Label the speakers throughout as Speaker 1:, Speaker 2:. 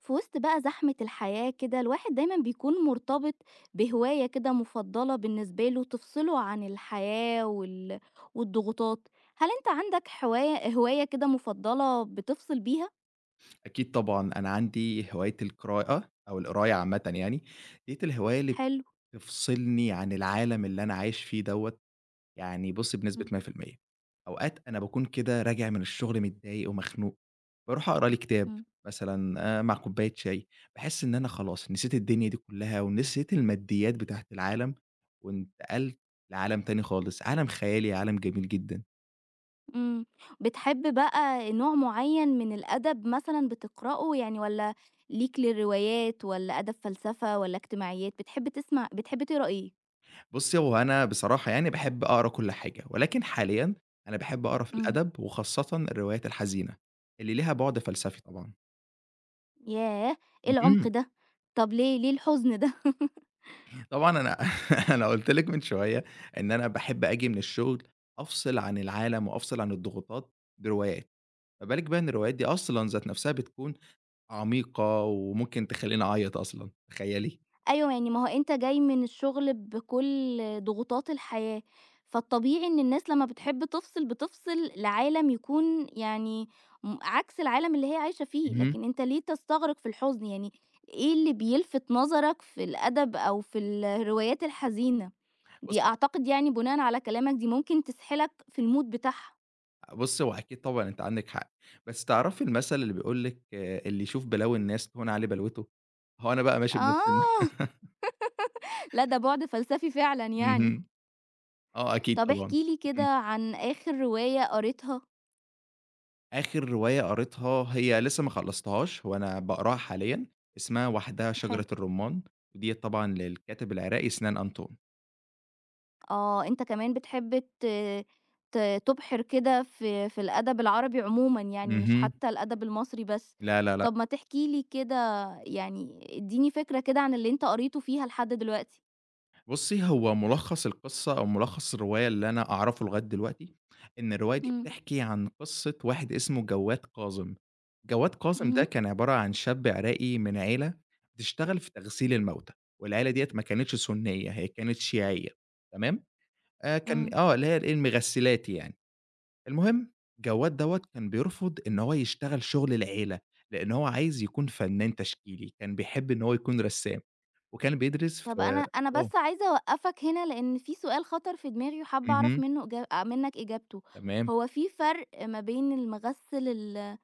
Speaker 1: في وسط بقى زحمة الحياة كده الواحد دايما بيكون مرتبط بهواية كده مفضلة بالنسبة له تفصله عن الحياة والضغوطات. هل انت عندك هواية كده مفضلة بتفصل بيها؟
Speaker 2: أكيد طبعًا، أنا عندي هواية القراءة أو القراية عامةً يعني، ديّة الهواية اللي
Speaker 1: حلو.
Speaker 2: بتفصلني عن العالم اللي أنا عايش فيه دوّة، يعني بُص بنسبة
Speaker 1: مم.
Speaker 2: 100%. أوقات أنا باكون كده راجع من الشغل متضايق ومخنوق، باروح أقرا لي كتاب
Speaker 1: مم.
Speaker 2: مثلًا مع كوباية شاي، باحس إن أنا خلاص نسيت الدنيا دي كلها ونسيت الماديات بتاعة العالم، وانتقلت لعالم تاني خالص، عالم خيالي، عالم جميل جدًا.
Speaker 1: مم. بتحب بقى نوع معين من الأدب مثلا بتقرأه يعني ولا ليك للروايات ولا أدب فلسفة ولا اجتماعيات بتحب تسمع بتحب تقرأ ايه؟
Speaker 2: بُصّي، هو أنا بصراحة يعني باحب أقرا كل حاجة، ولكن حاليًا أنا باحب أقرا في
Speaker 1: مم.
Speaker 2: الأدب وخاصةً الروايات الحزينة، اللي ليها بُعد فلسفي طبعًا.
Speaker 1: ياه. ايه
Speaker 2: اهم،
Speaker 1: العمق ده؟ طب ليه الحزن ده؟
Speaker 2: طبعًا أنا قُلت لِك من شوية إن أنا باحب آجي من الشغل أفصل عن العالم وأفصل عن الضغوطات بروايات، ما بالِك بقى إن الروايات دي أصلًا ذات نفسها بتكون عميقة وممكن تخلّيني أعيّط أصلًا، تخيّلي!
Speaker 1: أيوه، يعني ما هو أنت جاي من الشغل بكل ضغوطات الحياة، فالطبيعي إن الناس لمّا بتحب تفصل، بتفصل لعالم يكون يعني عكس العالم اللي هي عايشة فيه،
Speaker 2: اهم،
Speaker 1: لكن أنت ليه تستغرق في الحزن، يعني إيه اللي بيلفت نظرك في الأدب أو في الروايات الحزينة؟ دي
Speaker 2: بُصّي
Speaker 1: أعتقد يعني بناءً على كلامك دي ممكن تسحلك في الmood بتاعها.
Speaker 2: بُصّي، هو أكيد طبعًا أنتِ عندِك حق، بس تعرفي المثل اللي بيقول لِك اللي يشوف بلاوي الناس تهون عليه بلوته؟ هو أنا بقى ماشي بنفس الن
Speaker 1: آه. لأ ده بُعد فلسفي فعلًا
Speaker 2: اهم،
Speaker 1: يعني.
Speaker 2: آه أكيد
Speaker 1: طب احكِ
Speaker 2: طبعًا،
Speaker 1: لي كده
Speaker 2: اهم.
Speaker 1: عن آخر رواية قريتها.
Speaker 2: آخر رواية قريتها هي لسه ما خلّصتهاش، هو أنا باقراها حاليًا، اسمها وحدها شجرة
Speaker 1: حلو.
Speaker 2: الرمان، وديّة طبعًا للكاتب العراقي سنان أنطون.
Speaker 1: آه، أنت كمان بتحب ت ت تُبحر كده في الأدب العربي عمومًا يعني، مش
Speaker 2: اهم.
Speaker 1: حتى الأدب المصري بس.
Speaker 2: لا، لا، لأ.
Speaker 1: طب ما تحكي لي كده يعني ادّيني فكرة كده عن اللي أنت قريته فيها لحد دلوقتي.
Speaker 2: بُصّي، هو ملخّص القصة أو ملخّص الرواية اللي أنا أعرفه لغاية دلوقتي، إن الرواية دي
Speaker 1: إمم.
Speaker 2: بتحكي عن قصة واحد اسمه جواد كاظم. جواد كاظم ده
Speaker 1: اهم.
Speaker 2: كان عبارة عن شاب عراقي من عيلة بتشتغل في تغسيل الموتى، والعيلة ديّة ما كانتش سُنية، هي كانت شيعية تمام؟ كان
Speaker 1: إمم.
Speaker 2: آه، اللي هي الإيه، المغسلات يعني. المهم جواد دوّة كان بيرفض إن هو يشتغل شُغل العيلة، لإن هو عايز يكون فنّان تشكيلي، كان بيحب إن هو يكون رسّام، وكان بيدرس في
Speaker 1: طب أنا
Speaker 2: آه،
Speaker 1: بس عايزة أوقّفك هنا لإن في سؤال خطر في دماغي وحابة أعرف
Speaker 2: اهم.
Speaker 1: منه إجا منّك إجابته.
Speaker 2: تمام.
Speaker 1: هو في فرق ما بين المغسل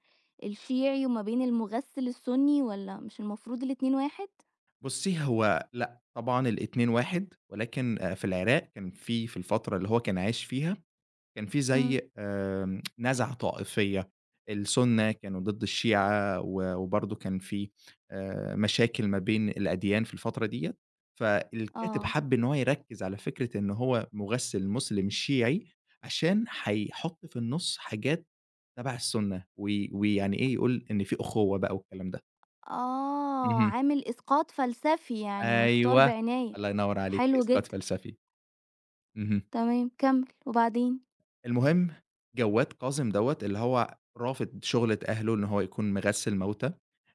Speaker 1: الشيعي وما بين المغسل السني والّا مش المفروض الاتنين واحد؟
Speaker 2: بُصّي، هو لأ، طبعًا الاتنين واحد، ولكن في العراق كان في في الفترة اللي هو كان عايش فيها، كان في
Speaker 1: إمم.
Speaker 2: زي نزعة طائفية، السُنّة كانوا ضد الشيعة وبرضه كان في مشاكل ما بين الأديان في الفترة ديّة، فالكاتب
Speaker 1: آه.
Speaker 2: حَب إن هو يركّز على فكرة إن هو مُغسِّل مسلم شيعي عشان هيحُط في النُص حاجات تَبَع السُنّة، ويعني إيه، يقول إن في أخوة بقى والكلام ده.
Speaker 1: آه،
Speaker 2: اهم.
Speaker 1: عامل إسقاط فلسفي، يعني مختار
Speaker 2: أيوه،
Speaker 1: بعناية.
Speaker 2: الله ينوّر عليكِ،
Speaker 1: حلو
Speaker 2: إسقاط
Speaker 1: جدًا.
Speaker 2: فلسفي. اهم.
Speaker 1: تمام كمّل وبعدين؟
Speaker 2: المهم جوّاد كاظم دوّة اللي هو رافض شُغلة أهله إن هو يكون مغسِّل موتى،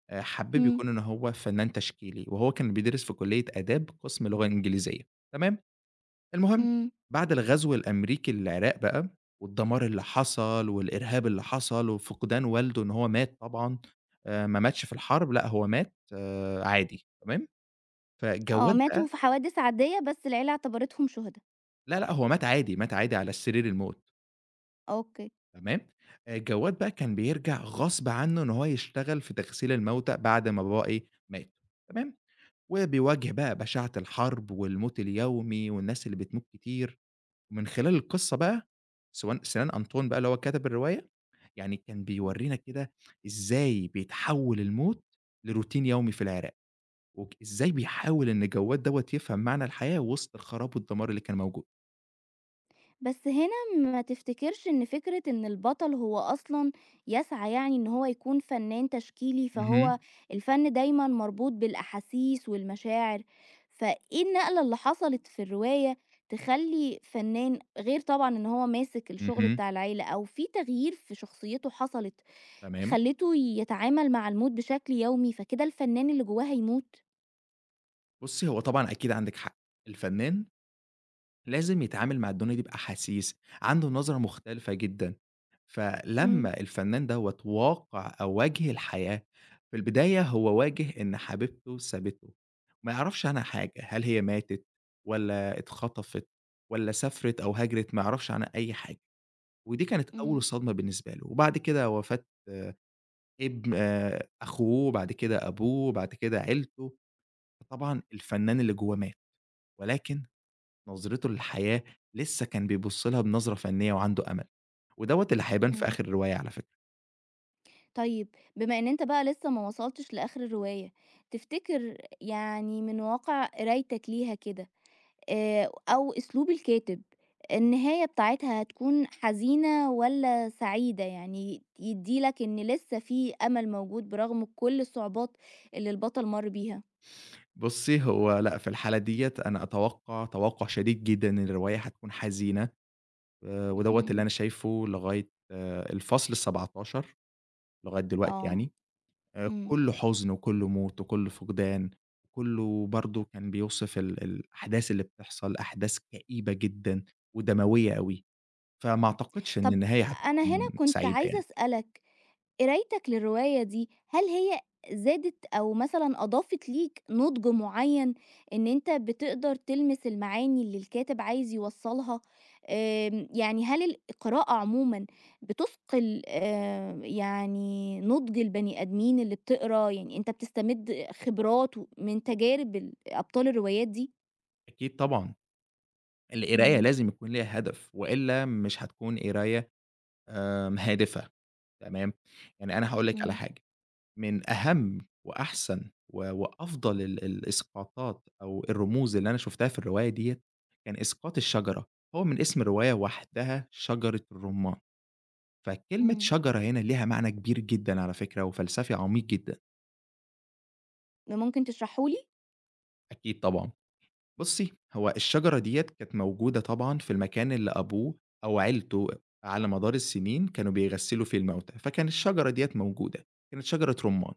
Speaker 2: حَبِّب
Speaker 1: إمم.
Speaker 2: يكون إن هو فنّان تشكيلي، وهو كان بيدرس في كلية آداب قسم لغة إنجليزية، تمام؟ المهم
Speaker 1: إمم.
Speaker 2: بعد الغزو الأمريكي للعراق بقى والدمار اللي حصل والإرهاب اللي حصل وفقدان والده إن هو مات طبعًا، ما ماتش في الحرب لأ، هو مات عادي، تمام؟
Speaker 1: آه،
Speaker 2: فجوّاد بقى
Speaker 1: ماتوا في حوادث عادية بس العيلة اعتبرتهم شهدا.
Speaker 2: لأ، لأ، هو مات عادي، مات عادي على سرير الموت.
Speaker 1: أوكي.
Speaker 2: تمام، جواد بقى كان بيرجع غصب عنه إن هو يشتغل في تغسيل الموتى بعد ما باباه إيه، مات، تمام، وبيواجه بقى بشاعة الحرب والموت اليومي والناس اللي بتموت كتير، ومن خلال القصة بقى سيان أنطون بقى اللي هو كاتب الرواية، يعني كان بيورينا كده إزاي بيتحول الموت لروتين يومي في العراق، إزاي بيحاول إن جواد دوّة يفهم معنى الحياة وسط الخراب والدمار اللي كان موجود.
Speaker 1: بس هنا ما تفتكرش ان فكرة ان البطل هو اصلا يسعى يعني ان هو يكون فنان تشكيلي
Speaker 2: اهم،
Speaker 1: فهو الفن دايما مربوط بالاحاسيس والمشاعر فايه النقلة اللي حصلت في الرواية تخلي فنان غير طبعا ان هو ماسك الشغل
Speaker 2: اهم،
Speaker 1: بتاع العيلة او في تغيير في شخصيته حصلت
Speaker 2: تمام،
Speaker 1: خلته يتعامل مع الموت بشكل يومي فكده الفنان اللي جواه هيموت.
Speaker 2: بُصي هو طبعًا أكيد عندِك حق، الفنان لازم يتعامل مع الدنيا دي بأحاسيس، عنده نظرة مختلفة جدًا،
Speaker 1: امم.
Speaker 2: فلمّا الفنان دوّة واقع أو واجه الحياة، في البداية هو واجه إن حبيبته سابته، ما يعرفش عنها حاجة، هل هي ماتت والّا اتخطفت والّا سافرت أو هاجرت، ما يعرفش عنها أي حاجة، ودي كانت أول صدمة بالنسبة له، وبعد كده وفاة ابن أخوه، بعد كده أبوه، بعد كده عيلته، فطبعًا الفنان اللي جوّاه مات، ولكن نظرته للحياة لسه كان بيبُص لها بنظرة فنية وعنده أمل، ودوّة اللي هيبان في
Speaker 1: امم.
Speaker 2: آخر الرواية على فكرة.
Speaker 1: طيب بما إن أنت بقى لسه ما وصلتش لآخر الرواية، تفتكر يعني من واقع قرايتك ليها كده، أو أسلوب الكاتب، النهاية بتاعتها هتكون حزينة والّا سعيدة؟ يعني يدّي لك إن لسه في أمل موجود برغم كل الصعوبات اللي البطل مَر بيها؟
Speaker 2: بُصّي، هو لأ، في الحالة ديّة أنا أتوقّع توقُّع شديد جدًا إن الرواية هتكون حزينة، ودوّة اللي
Speaker 1: اهم.
Speaker 2: أنا شايفه لغاية آه، الفصل ال17 لغاية دلوقتي
Speaker 1: آه.
Speaker 2: يعني،
Speaker 1: إمم.
Speaker 2: كُلّه حزن وكُلّه موت وكُلّه فقدان، وكُلّه برضه كان بيوصف الأحداث اللي بتحصل، أحداث كئيبة جدًا ودموية أوي، فما أعتقدش إن
Speaker 1: طب
Speaker 2: النهاية
Speaker 1: أنا هنا
Speaker 2: هتكون
Speaker 1: كنت
Speaker 2: سعيدة
Speaker 1: عايزة
Speaker 2: يعني.
Speaker 1: أسألك قرايتك للرواية دي، هل هي زادت أو مثلًا أضافت ليك نضج معيّن إن أنت بتقدر تلمس المعاني اللي الكاتب عايز يوصّلها؟ يعني هل القراءة عمومًا بتثقل يعني نضج البني آدمين اللي بتقرا، يعني أنت بتستمد خبرات من تجارب أبطال الروايات دي؟
Speaker 2: أكيد طبعًا. القراية
Speaker 1: إمم.
Speaker 2: لازم يكون ليها هدف، وإلا مش هتكون قراية هادفة، تمام؟ يعني أنا هاقول لِك على
Speaker 1: إمم.
Speaker 2: حاجة، من أهم وأحسن وأفضل الإسقاطات أو الرموز اللي أنا شُفتها في الرواية ديّة، كان إسقاط الشجرة، هو من اسم الرواية وحدها شجرة الرمان، فكلمة
Speaker 1: إمم.
Speaker 2: شجرة هنا ليها معنى كبير جدًا على فكرة وفلسفي عميق جدًا،
Speaker 1: ممكن تشرحه لي؟
Speaker 2: أكيد طبعًا. بُصّي، هو الشجرة ديّة كانت موجودة طبعًا في المكان اللي أبوه أو عيلته على مدار السنين كانوا بيغسّلوا فيه الموتى، فكان الشجرة ديّة موجودة، كانت شجرة رُمّان.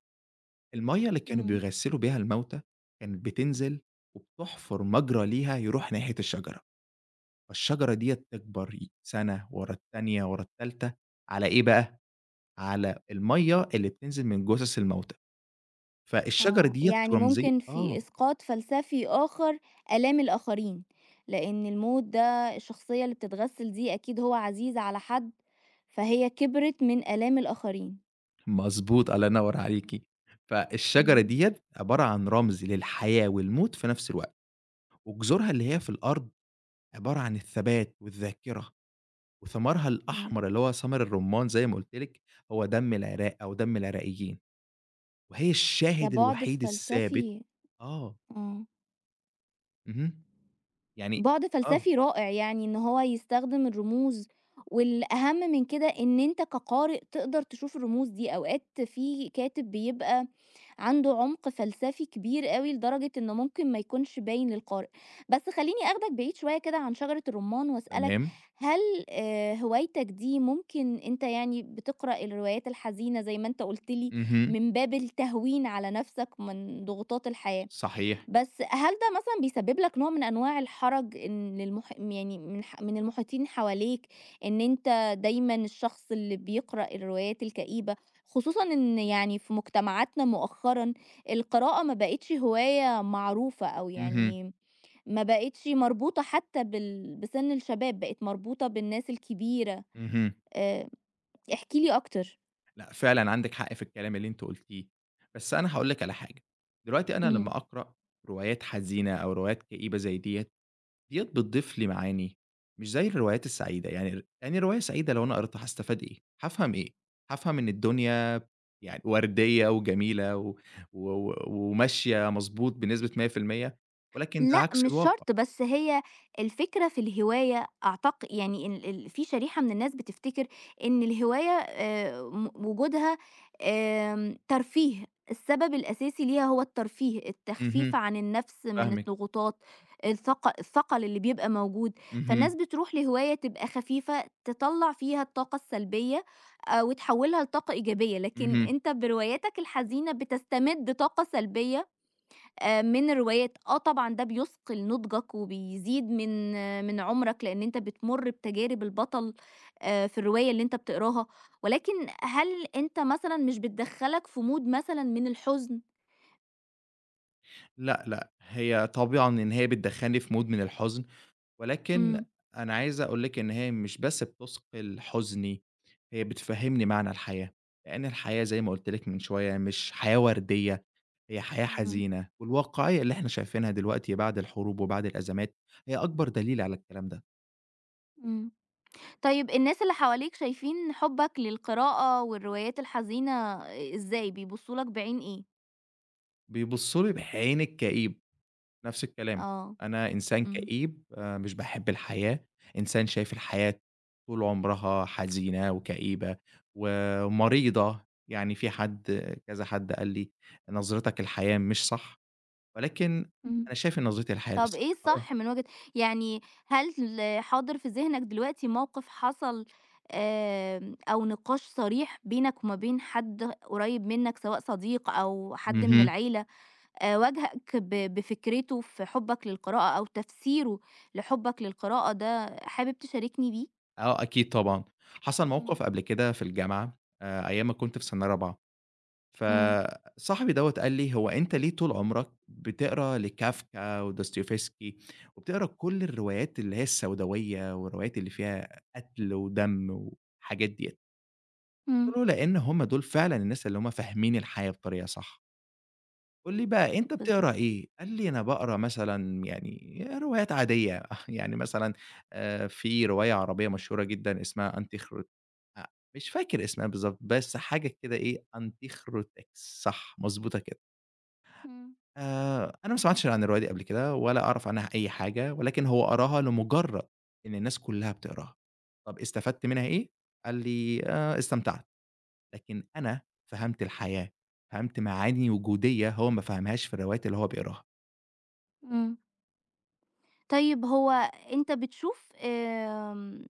Speaker 2: المَيّة اللي كانوا
Speaker 1: إمم.
Speaker 2: بيغسّلوا بيها الموتى كانت بتنزل وبتحفر مجرى ليها يروح ناحية الشجرة، فالشجرة ديّة تكبر سَنة ورا التانية ورا التالتة على إيه بقى، على المَيّة اللي بتنزل من جُثث الموتى، فالشجرة
Speaker 1: آه،
Speaker 2: ديّة
Speaker 1: يعني
Speaker 2: رمزية
Speaker 1: ممكن في
Speaker 2: آه.
Speaker 1: إسقاط فلسفي آخر آلام الآخرين، لأن الموت ده الشخصية اللي بتتغسل دي أكيد هو عزيز على حد، فهي كبرت من آلام الآخرين.
Speaker 2: مضبوط، الله ينوّر عليكِ. فالشجرة
Speaker 1: إمم.
Speaker 2: ديّة عبارة عن رمز للحياة والموت في نفس الوقت، وجذورها اللي هي في الأرض عبارة عن الثبات والذاكرة، وثمرها
Speaker 1: إمم.
Speaker 2: الأحمر اللي هو ثمر الرمان زي ما قُلت لِك، هو دم العراق أو دم العراقيين، وهي
Speaker 1: ده
Speaker 2: الشاهد
Speaker 1: بُعد
Speaker 2: الوحيد
Speaker 1: فلسفي.
Speaker 2: الثابت آه،
Speaker 1: آه.
Speaker 2: اهم، يعني
Speaker 1: بُعد
Speaker 2: آه،
Speaker 1: فلسفي رائع يعني إن هو يستخدم الرموز، والأهم من كده إن أنت كقارئ تقدر تشوف الرموز دي، أوقات في كاتب بيبقى عنده عمق فلسفي كبير أوي لدرجة إنه ممكن ما يكونش باين للقارئ. بس خلّيني آخدك بعيد شوية كده عن شجرة الرمان وأسألك
Speaker 2: تمام،
Speaker 1: هل هوايتك دي ممكن أنت يعني بتقرأ الروايات الحزينة زي ما أنت قُلت لي
Speaker 2: اهم،
Speaker 1: من باب التهوين على نفسك من ضغوطات الحياة،
Speaker 2: صحيح،
Speaker 1: بس هل ده مثلًا بيسبب لك نوع من أنواع الحرج إن يعني من المحيطين حواليك، إن أنت دايمًا الشخص اللي بيقرأ الروايات الكئيبة، خصوصًا إن يعني في مجتمعاتنا مؤخرًا القراءة ما بقتش هواية معروفة أو
Speaker 2: اهم،
Speaker 1: يعني ما بقتش مربوطة حتى بسن الشباب، بقت مربوطة بالناس الكبيرة.
Speaker 2: اهم.
Speaker 1: آآ احكِ لي أكتر.
Speaker 2: لأ، فعلًا عندِك حق في الكلام اللي أنتِ قُلتيه، بس أنا هاقول لِك على حاجة، دلوقتي أنا
Speaker 1: إمم.
Speaker 2: لمّا أقرأ روايات حزينة أو روايات كئيبة زي ديّة، ديّة بتضيف لي معاني مش زي الروايات السعيدة، يعني يعني رواية سعيدة لو أنا قريتها هاستفاد إيه؟ هافهم إيه؟ هافهم إن الدنيا يعني وردية وجميلة و و و وماشية مضبوط بنسبة 100% ولكن ده
Speaker 1: لأ
Speaker 2: عكس
Speaker 1: مش
Speaker 2: الواقع.
Speaker 1: شرط، بس هي الفكرة في الهواية يعني ال ال في شريحة من الناس بتفتكر إن الهواية م وجودها ترفيه، السبب الأساسي ليها هو الترفيه، التخفيف
Speaker 2: اهم،
Speaker 1: عن النفس من
Speaker 2: فاهمِك،
Speaker 1: الضغوطات، الثقل اللي بيبقى موجود، فالناس
Speaker 2: اهم،
Speaker 1: بتروح لهواية تبقى خفيفة تطلّع فيها الطاقة السلبية وتحوّلها لطاقة إيجابية، لكن
Speaker 2: اهم.
Speaker 1: أنت برواياتك الحزينة بتستمد طاقة سلبية من الروايات. آه طبعًا ده بيثقل نضجك وبيزيد من عُمرك، لإن أنت بتمُر بتجارب البطل في الرواية اللي أنت بتقراها، ولكن هل أنت مثلًا مش بتدخّلك في mood مثلًا من الحزن؟
Speaker 2: لأ، لأ، هي طبعًا إن هي بتدخّلني في mood من الحزن ولكن
Speaker 1: إمم.
Speaker 2: أنا عايز أقول لِك إن هي مش بس بتثقل حزني، هي بتفهّمني معنى الحياة، لإن الحياة زي ما قُلت لِك من شوية مش حياة وردية، هي حياة
Speaker 1: إمم.
Speaker 2: حزينة، والواقعية اللي إحنا شايفينها دلوقتي بعد الحروب وبعد الأزمات هي أكبر دليل على الكلام ده،
Speaker 1: إمم. طيب الناس اللي حواليك شايفين حُبّك للقراءة والروايات الحزينة آه، إزاي، بيبصّوا لك بعين إيه؟
Speaker 2: بيبصوا لي بعين الكئيب. نفس الكلام،
Speaker 1: آه.
Speaker 2: أنا إنسان
Speaker 1: إمم.
Speaker 2: كئيب مش باحب الحياة، إنسان شايف الحياة طول عمرها حزينة وكئيبة ومريضة، يعني في حد كذا حد قال لي: "نظرتك للحياة مش صح." ولكن
Speaker 1: إمم.
Speaker 2: أنا شايف إن نظرتي للحياة
Speaker 1: طب
Speaker 2: للصح
Speaker 1: إيه
Speaker 2: آه،
Speaker 1: الصح من وجهة يعني هل حاضر في ذهنك دلوقتي موقف حصل، أو نقاش صريح بينك وما بين حد قريب منك سواء صديق أو حد من
Speaker 2: اهم،
Speaker 1: العيلة، واجهك بفكرته في حُبّك للقراءة أو تفسيره لحُبّك للقراءة ده حابب تشاركني بيه؟
Speaker 2: آه أكيد طبعًا، حصل
Speaker 1: إمم.
Speaker 2: موقف قبل كده في الجامعة أيام ما كنت في سنة رابعة.
Speaker 1: إمم.
Speaker 2: فصاحبي دوّة قال لي: "هو أنت ليه طول عمرك بتقرا لكافكا ودوستويفسكي وبتقرا كل الروايات اللي هي السوداوية والروايات اللي فيها قتل ودم والحاجات ديّة؟"
Speaker 1: إمم.
Speaker 2: قُلت له: "لإن هم دول فعلًا الناس اللي هم فاهمين الحياة بطريقة صح." قُل لي بقى: "أنت بتقرا
Speaker 1: بالضبط.
Speaker 2: إيه؟" قال لي: "أنا باقرا مثلًا يعني روايات عادية." يعني مثلًا في رواية عربية مشهورة جدًا اسمها أنتيخرو أ مش فاكر اسمها بالضبط، بس حاجة كده إيه أنتيخروتكس صح، مضبوطة كده.
Speaker 1: إمم.
Speaker 2: أنا ما سمعتش عن الرواية دي قبل كده، ولا أعرف عنها أي حاجة، ولكن هو قراها لمجرد إن الناس كلها بتقراها. طب استفدت منها إيه؟ قال لي: استمتعت." لكن أنا فهمت الحياة، فهمت معاني وجودية هو ما فهمهاش في الروايات اللي هو بيقراها.
Speaker 1: إمم. طيب هو أنت بتشوف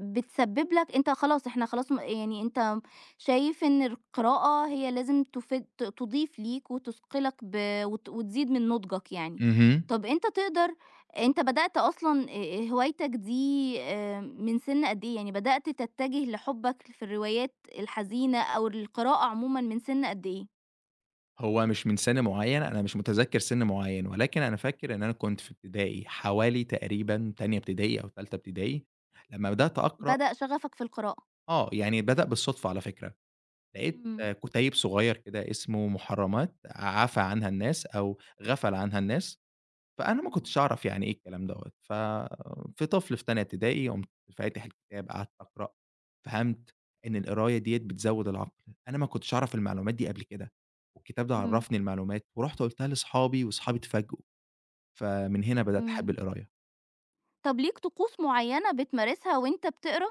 Speaker 1: بتسبب لك أنت خلاص إحنا خلاص م يعني أنت شايف إن القراءة هي لازم تفيد تضيف ليك وتثقلك ب وت وتزيد من نضجك يعني.
Speaker 2: اهم.
Speaker 1: طب أنت بدأت أصلًا هوايتك دي من سِن قد إيه؟ يعني بدأت تتجه لحُبك في الروايات الحزينة أو القراءة عمومًا من سِن قد إيه؟
Speaker 2: هو مش من سن معين، أنا مش متذكر سن معين، ولكن أنا فاكر إن أنا كنت في ابتدائي، حوالي تقريبًا تانية ابتدائي أو تالتة ابتدائي، لما بدأت أقرأ
Speaker 1: بدأ شغفك في القراءة؟
Speaker 2: آه، يعني بدأ بالصدفة على فكرة. لقيت
Speaker 1: إمم.
Speaker 2: كُتيب صغير كده اسمه محرمات عفى عنها الناس أو غفل عنها الناس، فأنا ما
Speaker 1: إمم.
Speaker 2: كنتش أعرف يعني إيه الكلام دوّة، ففي طفل في تانية ابتدائي قُمت فاتح الكتاب قعدت أقرأ، فهمت إن القراية ديّة بتزوّد العقل، أنا ما كنتش أعرف المعلومات دي قبل كده، والكتاب ده
Speaker 1: إمم.
Speaker 2: عرّفني المعلومات ورُحت قُلتها لأصحابي، وأصحابي اتفاجئوا، فمن هنا بدأت
Speaker 1: إمم.
Speaker 2: أحب القراية.
Speaker 1: طب ليك طقوس معيّنة بتمارسها وأنت بتقرا؟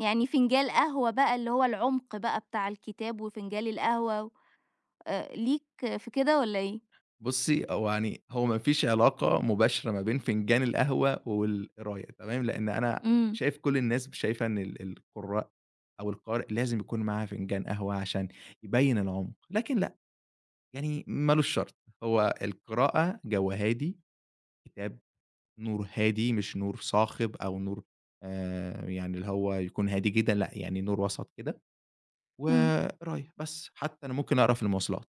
Speaker 1: يعني فنجان قهوة بقى اللي هو العمق بقى بتاع الكتاب وفنجان القهوة، ليك في كده والّا إيه؟
Speaker 2: بُصّي، هو يعني هو ما فيش علاقة مباشرة ما بين فنجان القهوة والقراية تمام، لإن أنا
Speaker 1: إمم.
Speaker 2: شايف كل الناس شايفة إن القراء أو القارئ لازم يكون معاه فنجان قهوة عشان يبيّن العمق، لكن لأ، يعني ما لوش شرط، هو القراءة جو هادي، كتاب نور هادي مش نور صاخب أو نور يعني اللي هو يكون هادي جدًا لأ، يعني نور وسط كده،
Speaker 1: إمم.
Speaker 2: وقراية بس، حتى أنا ممكن أقرا في المواصلات.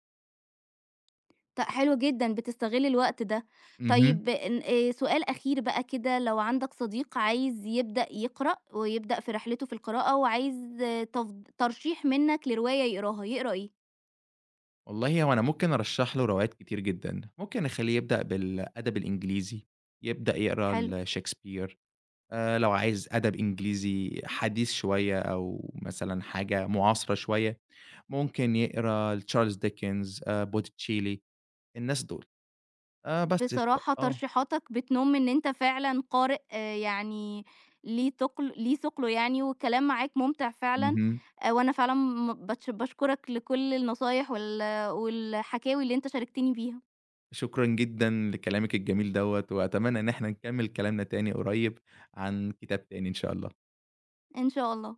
Speaker 1: حلو جدًا بتستغل الوقت ده.
Speaker 2: اهم.
Speaker 1: طيب ن سؤال أخير بقى كده لو عندك صديق عايز يبدأ يقرأ ويبدأ في رحلته في القراءة وعايز تف ترشيح منك لرواية يقراها، يقرا إيه؟
Speaker 2: والله هو أنا ممكن أرشّح له روايات كتير جدًا، ممكن أخلّيه يبدأ بالأدب الإنجليزي، يبدأ يقرا
Speaker 1: حلو.
Speaker 2: لشكسبير، لو عايز أدب إنجليزي حديث شوية أو مثلًا حاجة معاصرة شوية، ممكن يقرا لتشارلز ديكنز، بوتيتشيلي، الناس دول. بس ف
Speaker 1: بصراحة
Speaker 2: آه،
Speaker 1: ترشيحاتك بتنم إن أنت فعلًا قارئ يعني ليه ثقله يعني، والكلام معاك ممتع فعلًا،
Speaker 2: اهم.
Speaker 1: وأنا فعلًا باتش باشكرك لكل النصايح والحكاوي اللي أنت شاركتني بيها.
Speaker 2: شكرًا جدًا لكلامِك الجميل دوّة، وأتمنى إن إحنا نكمّل كلامنا تاني قريب عن كتاب تاني إن شاء الله.
Speaker 1: إن شاء الله.